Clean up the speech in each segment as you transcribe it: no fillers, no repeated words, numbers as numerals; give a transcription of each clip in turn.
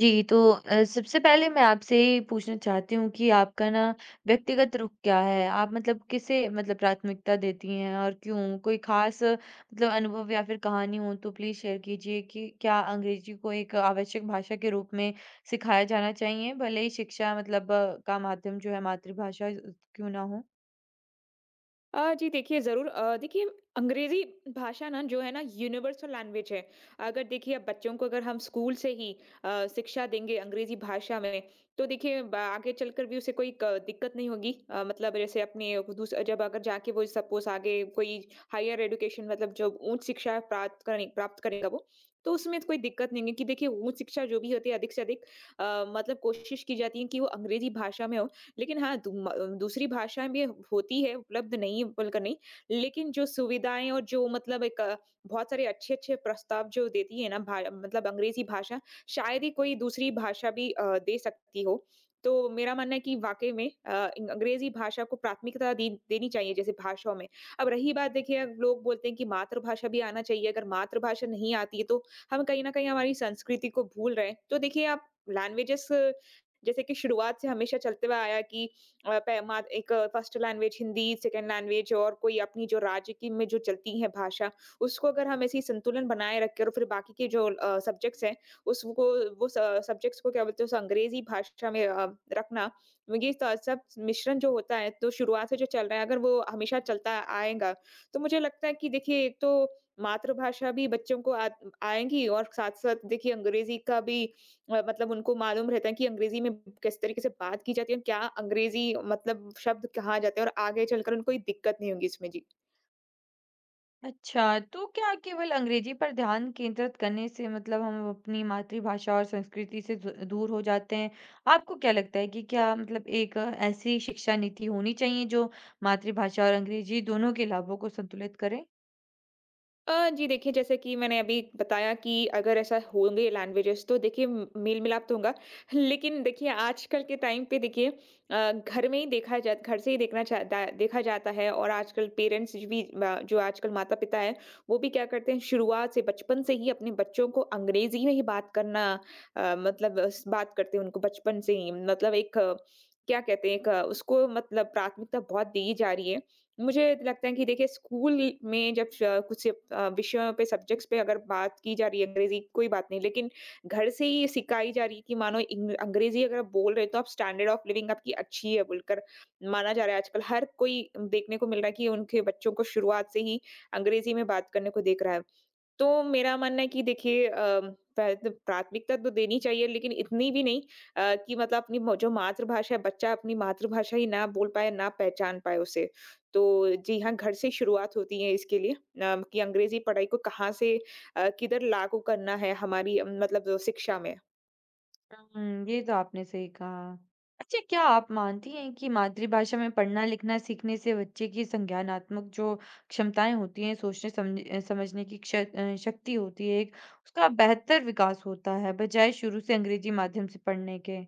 जी, तो सबसे पहले मैं आपसे ये पूछना चाहती हूँ कि आपका ना व्यक्तिगत रुख क्या है? आप किसे प्राथमिकता देती हैं और क्यों? कोई ख़ास अनुभव या फिर कहानी हो तो प्लीज़ शेयर कीजिए कि क्या अंग्रेजी को एक आवश्यक भाषा के रूप में सिखाया जाना चाहिए, भले ही शिक्षा का माध्यम जो है मातृभाषा क्यों ना हो? जी देखिए ज़रूर, देखिए अंग्रेज़ी भाषा ना जो है ना यूनिवर्सल लैंग्वेज है। अगर देखिए अब बच्चों को अगर हम स्कूल से ही शिक्षा देंगे अंग्रेज़ी भाषा में तो देखिए ब आगे चलकर भी उसे कोई क दिक्कत नहीं होगी। मतलब जैसे अपने दूस जब अगर जाके वो सपोज़ आगे कोई हायर एजुकेशन मतलब जो उच्च शिक्षा प्राप्त करेगा वो, तो उसमें तो कोई दिक्कत नहीं है कि देखिए उच्च शिक्षा जो भी होती है अधिक से अधिक मतलब कोशिश की जाती है कि वो अंग्रेज़ी भाषा में हो। लेकिन हाँ, दू म दूसरी भाषाएँ भी होती है, उपलब्ध नहीं बोलकर नहीं, लेकिन जो सुविधाएँ और जो मतलब एक बहुत सारे अच्छे-अच्छे प्रस्ताव जो देती है ना भा मतलब अंग्रेज़ी भाषा, शायद ही कोई दूसरी भाषा भी दे सकती हो। तो मेरा मानना है कि वाक़ई में, अंग्रेज़ी भाषा को प्राथमिकता दी देनी चाहिए जैसे भाषाओं में। अब रही बात, देखिए अब लोग बोलते हैं कि मातृभाषा भी आना चाहिए, अगर मातृभाषा नहीं आती है तो हम कहीं न कहीं हमारी संस्कृति को भूल रहे हैं। तो देखिए आप लैंग्वेजेज़ जैसे कि शुरुआत से हमेशा चलते हुए आया कि एक first language Hindi, second language और कोई अपनी जो राज्य की में जो चलती है भाषा, उसको अगर हम ऐसे ही संतुलन बनाए रखें और फिर बाकी के जो सब्जेक्ट्स हैं उसको वो सब्जेक्ट्स को क्या बोलते हैं उस अंग्रेजी भाषा में रखना, ये तो सब मिश्रण जो होता है तो शुरुआत से जो चल रहा है अगर वो हमेशा चलता आएगा तो मुझे लगता है कि देखिए एक तो मातृभाषा भी बच्चों को आएंगी और साथ साथ देखिए अंग्रेजी का भी मतलब उनको मालूम रहता है कि अंग्रेज़ी में किस तरीके से बात की जाती है, क्या अंग्रेज़ी मतलब शब्द कहा जाता है और आगे चलकर उनको कोई दिक्कत नहीं होगी इसमें। जी। अच्छा, तो क्या केवल अंग्रेजी पर ध्यान केंद्रित करने से हम अपनी मातृभाषा और संस्कृति से ज दूर हो जाते हैं? आपको क्या लगता है कि क्या एक ऐसी शिक्षा नीति होनी चाहिए जो मातृभाषा और अंग्रेजी दोनों के लाभों को संतुलित करे? जी देखिए जैसे कि मैंने अभी बताया कि अगर ऐसा होंगे लैंग्वेजेस तो देखिए मेल मिलाप तो होगा। लेकिन देखिए आजकल के टाइम पे देखिए, घर में ही देखा जा घर से ही देखा जाता है और आजकल पेरेंट्स भी, जो आजकल माता पिता है, वो भी क्या करते हैं शुरुआत से बचपन से ही अपने बच्चों को अंग्रेजी में ही बात करना, बात करते हैं उनको बचपन से ही मतलब एक क्या कहते हैं, एक उसको मतलब प्राथमिकता बहुत दी जा रही है। मुझे लगता है कि देखिए स्कूल में जब कुछ विषयों पे सब्जेक्ट्स पे अगर बात की जा रही है अंग्रेजी, कोई बात नहीं, लेकिन घर से ही सिखाई जा रही है कि मानो अंग्रेजी अगर आप बोल रहे हो तो आप स्टैंडर्ड ऑफ लिविंग आपकी अच्छी है बोलकर माना जा रहा है। आजकल हर कोई देखने को मिल रहा है कि उनके बच्चों को शुरुआत से ही अंग्रेजी में बात करने को देख रहा है। तो मेरा मानना है कि देखिए, प्राथमिकता तो देनी चाहिए लेकिन इतनी भी नहीं, कि मतलब अपनी जो मातृभाषा है बच्चा अपनी मातृभाषा ही ना बोल पाए, ना पहचान पाए उसे। तो जी हाँ, घर से शुरुआत होती है इसके लिए, कि अंग्रेजी पढ़ाई को कहाँ से, किधर लागू करना है हमारी, मतलब शिक्षा में। हुँ, ये तो आपने सही कहा। अच्छा, क्या आप मानती हैं कि मातृभाषा में पढ़ना लिखना सीखने से बच्चे की संज्ञानात्मक जो क्षमताएँ होती हैं, सोचने समझने की शक्ति होती है एक, उसका बेहतर विकास होता है, बजाय शुरू से अंग्रेजी माध्यम से पढ़ने के?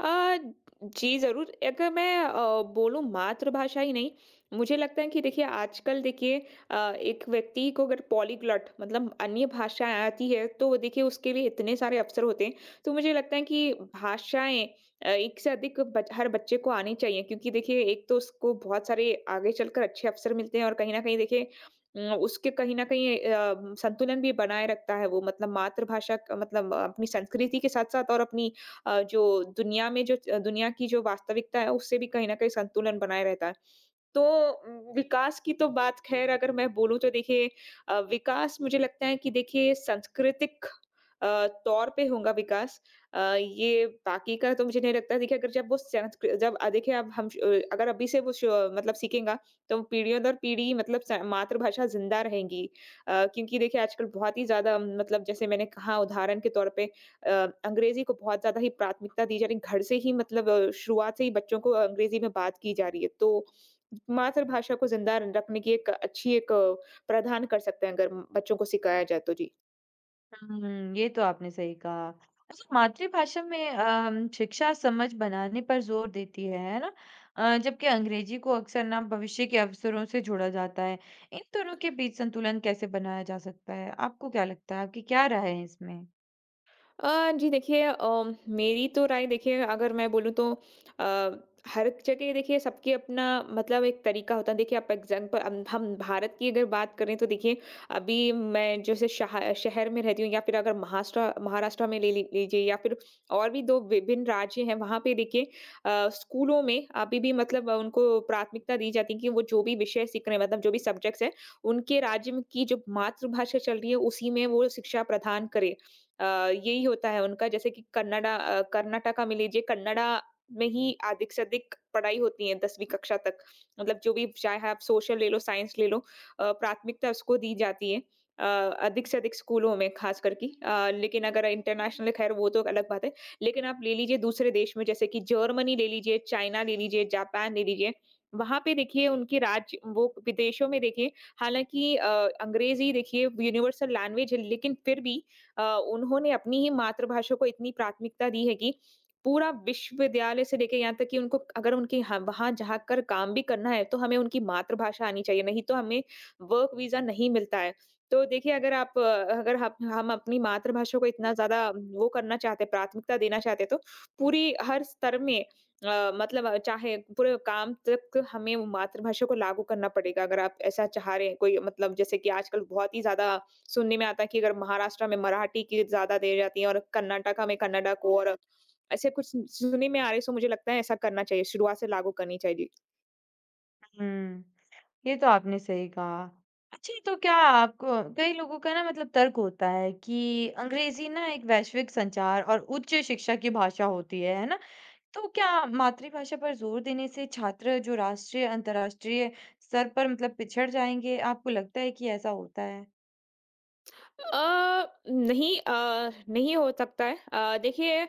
अ, जी ज़रूर। अगर मैं बोलूँ मातृभाषा ही नहीं, मुझे लगता है कि देखिए आजकल देखिए, एक व्यक्ति को अगर पॉलीग्लॉट मतलब अन्य भाषाएँ आती है, तो वो देखिए उसके लिए इतने सारे अवसर होते हैं। तो मुझे लगता है कि भाषाएँ, एक से अधिक बच हर बच्चे को आनी चाहिए क्योंकि देखिए एक तो उसको बहुत सारे आगे चलकर अच्छे अवसर मिलते हैं और कहीं न कहीं देखिए, उसके कहीं न कहीं, संतुलन भी बनाए रखता है वो मतलब मातृभाषा क मतलब अपनी संस्कृति के साथ-साथ और अपनी, जो दुनिया में जो दुनिया की जो वास्तविकता है उससे भी कहीं न कहीं संतुलन बनाए रहता है। तो, विकास की तो बात ख़ैर अगर मैं बोलूँ तो देखिए, विकास मुझे लगता है कि देखिए सांस्कृतिक, तौर पे होगा विकास। ये बाकी का तो मुझे नहीं लगता देखिए अगर जब वो देखिए अब अगर अभी से वो श मतलब सीखेगा तो पीढ़ियों दर पीढ़ी मतलब स मातृभाषा ज़िंदा रहेंगी। क्योंकि देखिए आजकल बहुत ही ज़्यादा मतलब जैसे मैंने कहा उदाहरण के तौर पे, अंग्रेज़ी को बहुत ज़्यादा ही प्राथमिकता दी जा रही है। घर से ही मतलब, शुरुआत से ही बच्चों को अंग्रेज़ी में बात की जा रही है। तो मातृभाषा को ज़िंदा रखने की एक अच्छी एक, प्रावधान कर सकते हैं अगर बच्चों को सिखाया जाए तो। जी। हुँ, ये तो आपने सही कहा। अच्छा मातृभाषा में शिक्षा समझ बनाने पर जोर देती है ना? जबकि अंग्रेजी को अक्सर ना भविष्य के अवसरों से जोड़ा जाता है। इन दोनों के बीच संतुलन कैसे बनाया जा सकता है? आपको क्या लगता है, आपकी क्या राय है इसमें? जी देखिए, मेरी तो राय देखिए अगर मैं बोलूँ तो अ, हर जगह देखिए सबके अपना मतलब एक तरीका होता है। देखिए आप एग्जाम्पल हम भारत की अगर बात करें तो देखिए अभी मैं जैसे शहर शहर में रहती हूँ या फिर अगर महाराष्ट्र महाराष्ट्र में लीजिए या फिर और भी दो विभिन्न राज्य हैं वहाँ पे देखिए, स्कूलों में अभी भी मतलब, उनको प्राथमिकता दी जाती है कि वो जो भी विषय सीख रहे हैं मतलब जो भी सब्जेक्ट्स हैं उनके राज्य में की जो मातृभाषा चल रही है उसी में वो शिक्षा प्रदान करें। अ, यही होता है उनका, जैसे कि कन्नडा, कर्नाटका में लीजिए, कन्नडा में ही अधिक से अधिक पढ़ाई होती है 10वीं कक्षा तक, मतलब जो भी चाहे आप सोशल ले लो, साइंस ले लो, प्राथमिकता उसको दी जाती है अ, अधिक से अधिक स्कूलों में खास करके, लेकिन अगर इंटरनेशनल, खैर वो तो अलग बात है। लेकिन आप ले लीजिए दूसरे देश में, जैसे कि जर्मनी ले लीजिए, चाइना ले लीजिए, जापान ले लीजिए, वहां पे देखिए उनके राज्य वो विदेशों में देखिए हालांकि, अंग्रेजी देखिए यूनिवर्सल लैंग्वेज है लेकिन फिर भी अ, उन्होंने अपनी ही मातृभाषा को इतनी प्राथमिकता दी है कि पूरा विश्वविद्यालय से लेके यहाँ तक कि उनको अगर उनके ह वहाँ जाकर काम भी करना है, तो हमें उनकी मातृभाषा आनी चाहिए, नहीं तो हमें वर्क वीज़ा नहीं मिलता है। तो देखिए अगर आप, अगर हम अपनी मातृभाषा को इतना ज़्यादा वो करना चाहते हैं, प्राथमिकता देना चाहते हैं, तो पूरी हर स्तर में, चाहे पूरे काम तक हमें वो मातृभाषा को लागू करना पड़ेगा, अगर आप ऐसा चाह रहे हैं कोई मतलब जैसे कि आजकल बहुत ही ज़्यादा सुनने में आता है कि अगर महाराष्ट्र में मराठी की ज़्यादा देर जाती है और कर्नाटका में कन्नडा को और ऐसे कुछ सुनने में आ रहे, सो मुझे लगता है ऐसा करना चाहिए, शुरुआत से लागू करनी चाहिए। हुँ, ये तो आपने सही कहा। अच्छा तो क्या आपको कई लोगों का ना तर्क होता है कि अंग्रेजी ना एक वैश्विक संचार और उच्च शिक्षा की भाषा होती है ना? तो क्या मातृभाषा पर ज़ोर देने से छात्र जो राष्ट्रीय, अंतर्राष्ट्रीय स्तर पर पिछड़ जाएँगे? आपको लगता है कि ऐसा होता है? नहीं, नहीं हो सकता है। देखिए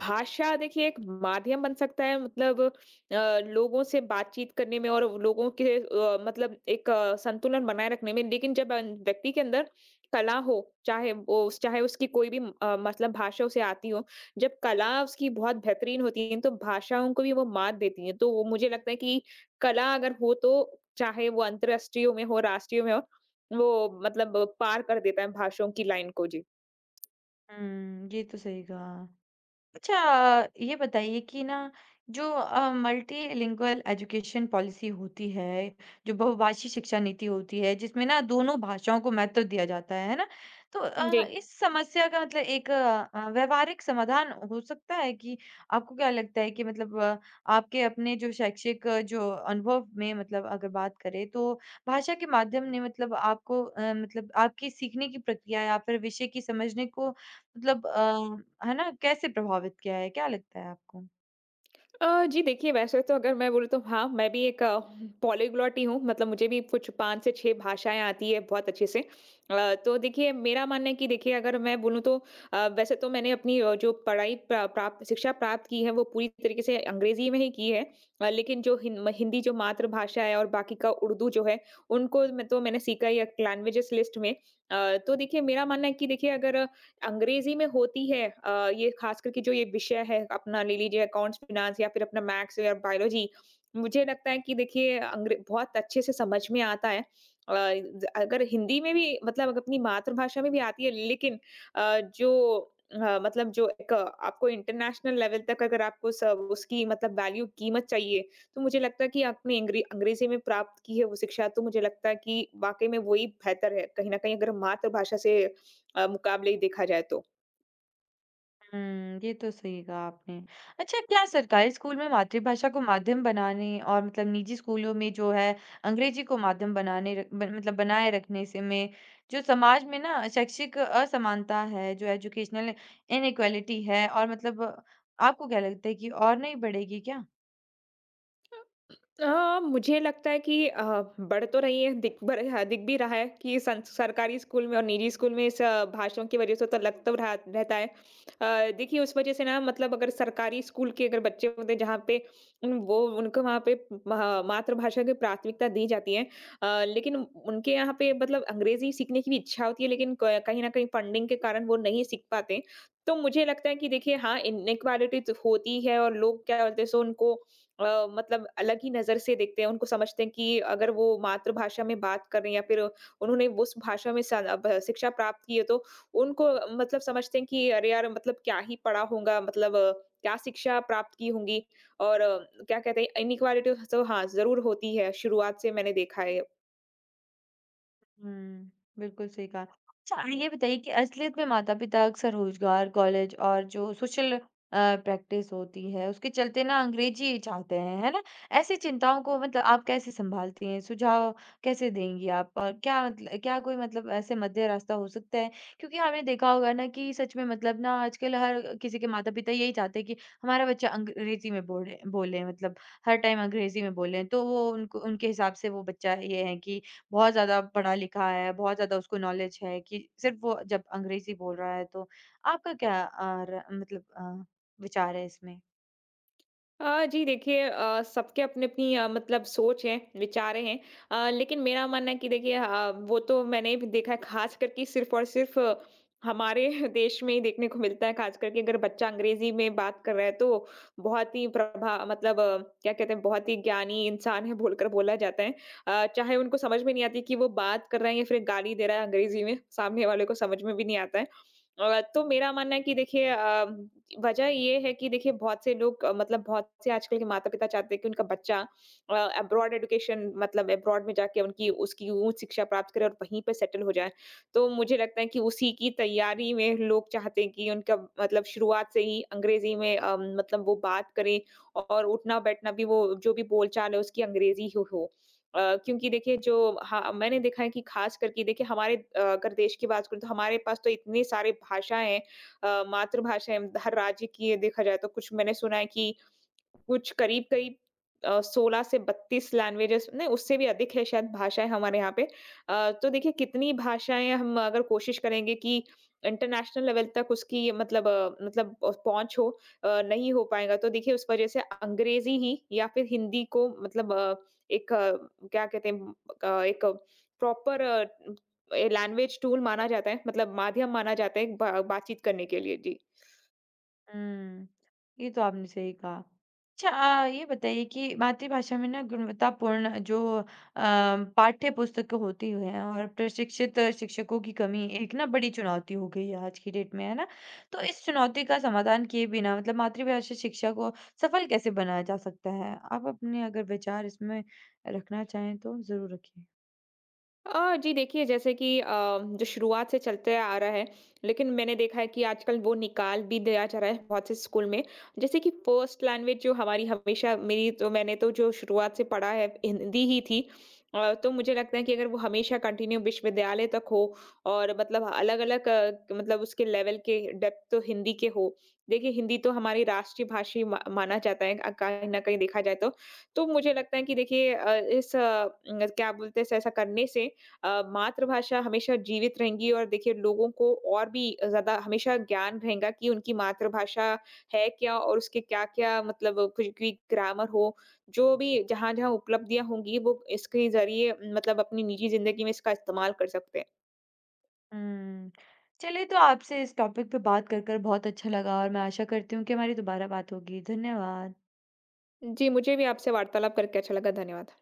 भाषा देखिए एक माध्यम बन सकता है मतलब, लोगों से बातचीत करने में और लोगों के, मतलब एक, संतुलन बनाए रखने में। लेकिन जब अन व्यक्ति के अंदर कला हो, चाहे वो चाहे उसकी कोई भी, मतलब भाषा उसे आती हो, जब कला उसकी बहुत बेहतरीन होती है, तो भाषाओं को भी वो मात देती है। तो वो मुझे लगता है कि कला अगर हो, तो चाहे वो अंतर्राष्ट्रीय में हो, राष्ट्रीय में हो, वो मतलब पार कर देता है भाषाओं की लाइन को। जी। हुँ, ये तो सही कहा। अच्छा ये बताइए कि ना जो मल्टीलिंगुअल एजुकेशन पॉलिसी होती है जो बहुभाषी शिक्षा नीति होती है जिसमें ना दोनों भाषाओं को महत्व दिया जाता है ना तो जी। इस समस्या का एक व्यवहारिक समाधान हो सकता है कि आपको क्या लगता है कि आपके अपने जो शैक्षिक जो अनुभव में अगर बात करें तो भाषा के माध्यम ने आपको आपकी सीखने की प्रक्रिया या फिर विषय की समझने को है ना, कैसे प्रभावित किया है? क्या लगता है आपको? जी देखिए वैसे तो अगर मैं बोलूँ तो हाँ, मैं भी एक पॉलीग्लॉट ही हूँ, मतलब मुझे भी कुछ 5 से 6 भाषाएँ आती हैं बहुत अच्छे से। तो देखिए मेरा मानना है कि देखिए अगर मैं बोलूँ तो, वैसे तो मैंने अपनी, जो पढ़ाई प्रा प्राप्त शिक्षा प्राप्त की है वो पूरी तरीके से अंग्रेज़ी में ही की है। लेकिन जो हिन म हिंदी जो मातृभाषा है और बाकी का उर्दू जो है, उनको मैंने सीखा ही है लैंग्वेजेज़ लिस्ट में। तो देखिए मेरा मानना है कि देखिए अगर अंग्रेजी में होती है, ये ख़ास करके जो ये विषय है अपना ले लीजिए अकाउंट्स, फ़िनांस या फिर अपना मैथ्स या बायोलॉजी। मुझे लगता है कि देखिए अंग्रे बहुत अच्छे से समझ में आता है। ज अगर हिंदी में भी मतलब अग अपनी मातृभाषा में भी आती है लेकिन मतलब जो एक, आपको इंटरनेशनल लेवल तक अगर आपको स उसकी मतलब वैल्यू कीमत चाहिए, तो मुझे लगता है कि आपने अंग्रेजी में प्राप्त की है वो शिक्षा तो मुझे लगता है कि वाक़ई में वही बेहतर है। कहीं न कहीं अगर हम मातृभाषा से, मुकाबले ही देखा जाए तो? हुँ, ये तो सही कहा आपने। अच्छा, क्या सरकारी स्कूल में मातृभाषा को माध्यम बनाने और निजी स्कूलों में जो है अंग्रेजी को माध्यम बनाने र ब मतलब बनाए रखने से में जो समाज में ना शैक्षिक असमानता है, जो एजुकेशनल इनइक्वालिटी है और आपको क्या लगता है कि और नहीं बढ़ेगी क्या? मुझे लगता है कि बढ़ तो रही है दिख बढ़ हाँ, दिख भी रहा है कि सं सरकारी स्कूल में और निजी स्कूल में इस भाषाओं की वजह से तो लग तो रहा रहता है। देखिए उस वजह से ना मतलब अगर सरकारी स्कूल के अगर बच्चे होते हैं जहाँ पे उन वो उनको वहाँ पे महा मातृभाषा की प्राथमिकता दी जाती है। लेकिन उनके यहाँ पे मतलब अंग्रेज़ी सीखने की भी इच्छा होती है लेकिन क कहीं न कहीं फंडिंग के कारण वो नहीं सीख पाते। तो मुझे लगता है कि देखिए हाँ, इनइक्वालिटी तो होती है और लोग क्या बोलते हैं सो उनको मतलब अलग ही नज़र से देखते हैं, उनको समझते हैं कि अगर वो मातृभाषा में बात कर रहे हैं या फिर उन्होंने उस भाषा में सन अब शिक्षा प्राप्त की है तो उनको मतलब समझते हैं कि अरे यार! मतलब क्या ही पढ़ा होगा मतलब क्या शिक्षा प्राप्त की होंगी और क्या कहते हैं इनइक्वालिटी तो हाँ, ज़रूर होती है, शुरुआत से मैंने देखा है। हुँ, बिल्कुल सही कहा। अच्छा ये बताइए कि असलियत में माता-पिता अक्सर रोज़गार, कॉलेज और जो सोशल अ, प्रैक्टिस होती है, उसके चलते ना अंग्रेज़ी चाहते हैं, है ना? ऐसी चिंताओं को आप कैसे सँभालती हैं? सुझाव कैसे देंगी आप? और क्या कोई ऐसे मध्य रास्ता हो सकता है? क्योंकि आपने देखा होगा ना कि सच में ना आजकल हर किसी के माता-पिता यही चाहते हैं कि हमारा बच्चा अंग्रेज़ी में बोले बोले मतलब हर टाइम अंग्रेज़ी में बोले। तो वो उनको उनके हिसाब से वो बच्चा ये है कि बहुत ज़्यादा पढ़ा-लिखा है, बहुत ज़्यादा उसको नॉलेज है कि सिर्फ़ वो जब अंग्रेज़ी बोल रहा है तो आपका क्या विचार है इसमें? जी देखिए सबके अपनी-अपनी मतलब सोच है, विचार हैं। लेकिन मेरा मानना है कि देखिए वो तो मैंने भी देखा है ख़ास करके सिर्फ़ और सिर्फ़ हमारे देश में ही देखने को मिलता है, ख़ास करके अगर बच्चा अंग्रेज़ी में बात कर रहा है तो बहुत ही प्रभा मतलब क्या कहते हैं बहुत ही ज्ञानी इंसान है बोलकर बोला जाता है। चाहे उनको समझ में नहीं आती कि वो बात कर रहा है या फिर गाली दे रहा है अंग्रेज़ी में, सामने वाले को समझ में भी नहीं आता है। तो मेरा मानना है कि देखिए वजह ये है कि देखिए बहुत से लोग मतलब बहुत से आजकल के माता-पिता चाहते हैं कि उनका बच्चा अब्रॉड एजुकेशन मतलब अब्रॉड में जाके उनकी उसकी उच्च शिक्षा प्राप्त करे और वहीं पे सेटल हो जाए। तो मुझे लगता है कि उसी की तैयारी में लोग चाहते हैं कि उनका मतलब शुरुआत से ही अंग्रेज़ी में मतलब वो बात करें और उठना-बैठना भी वो जो भी बोलचाल है उसकी अंग्रेज़ी ही हो। क्योंकि देखिए जो हाँ, मैंने देखा है कि ख़ास करके देखिए हमारे अगर देश की बात करूँ तो हमारे पास तो इतनी सारी भाषाएँ हैं मातृभाषाएँ हर राज्य की ये देखा जाए तो कुछ मैंने सुना है कि कुछ करीब-करीब 16 से 32 लैंग्वेजेज़ नहीं उससे भी अधिक है शायद भाषाएँ हमारे यहाँ पे। तो देखिए कितनी भाषाएँ हम अगर कोशिश करेंगे कि इंटरनेशनल लेवल तक उसकी मतलब पहुँच हो नहीं हो पाएगा। तो देखिए उस वज़ह से अंग्रेज़ी ही या फिर हिंदी को मतलब एक क्या कहते हैं एक प्रॉपर लैंग्वेज टूल माना जाता है, मतलब माध्यम माना जाता है एक बा बातचीत करने के लिए। जी। हुँ, ये तो आपने सही कहा। अच्छा ये बताइए कि मातृभाषा में ना गुणवत्तापूर्ण पाठ्यपुस्तकें होती हैं और प्रशिक्षित शिक्षकों की कमी एक ना बड़ी चुनौती हो गई है आज की डेट में, है ना? तो इस चुनौती का समाधान किए बिना मातृभाषा शिक्षा को सफल कैसे बनाया जा सकता है? आप अपने अगर विचार इसमें रखना चाहें तो ज़रूर रखिए। जी देखिए जैसे कि जो शुरुआत से चलते आ रहा है लेकिन मैंने देखा है कि आजकल वो निकाल भी दिया जा रहा है बहुत से स्कूल में जैसे कि फर्स्ट लैंग्वेज जो हमारी हमेशा मेरी तो मैंने तो जो शुरुआत से पढ़ा है हिंदी ही थी। तो मुझे लगता है कि अगर वो हमेशा कंटिन्यू विश्वविद्यालय तक हो और मतलब अलग अलग मतलब उसके लेवल के डेप्थ तो हिंदी के हो। देखिए हिंदी तो हमारी राष्ट्रीय भाषा ही माना जाता है कहीं ना कहीं देखा जाए तो मुझे लगता है कि देखिए अ, इस अ, न- क्या बोलते हैं ऐसा करने से मातृभाषा हमेशा जीवित रहेंगी और देखिए लोगों को और भी ज़्यादा हमेशा ज्ञान रहेगा कि उनकी मातृभाषा है क्या और उसके क्या-क्या मतलब कुछ भी ग्रामर हो, जो भी जहाँ-जहाँ उपलब्धियाँ होंगी वो इसके ज़रिए मतलब अपनी निजी ज़िंदगी में इसका इस्तेमाल कर सकते हैं। हुँ। चलिए तो आपसे इस टॉपिक पे कर बहुत अच्छा लगा और मैं आशा करती हूँ कि हमारी दोबारा बात होगी। धन्यवाद। जी, मुझे भी आपसे वार्तालाप करके अच्छा लगा। धन्यवाद।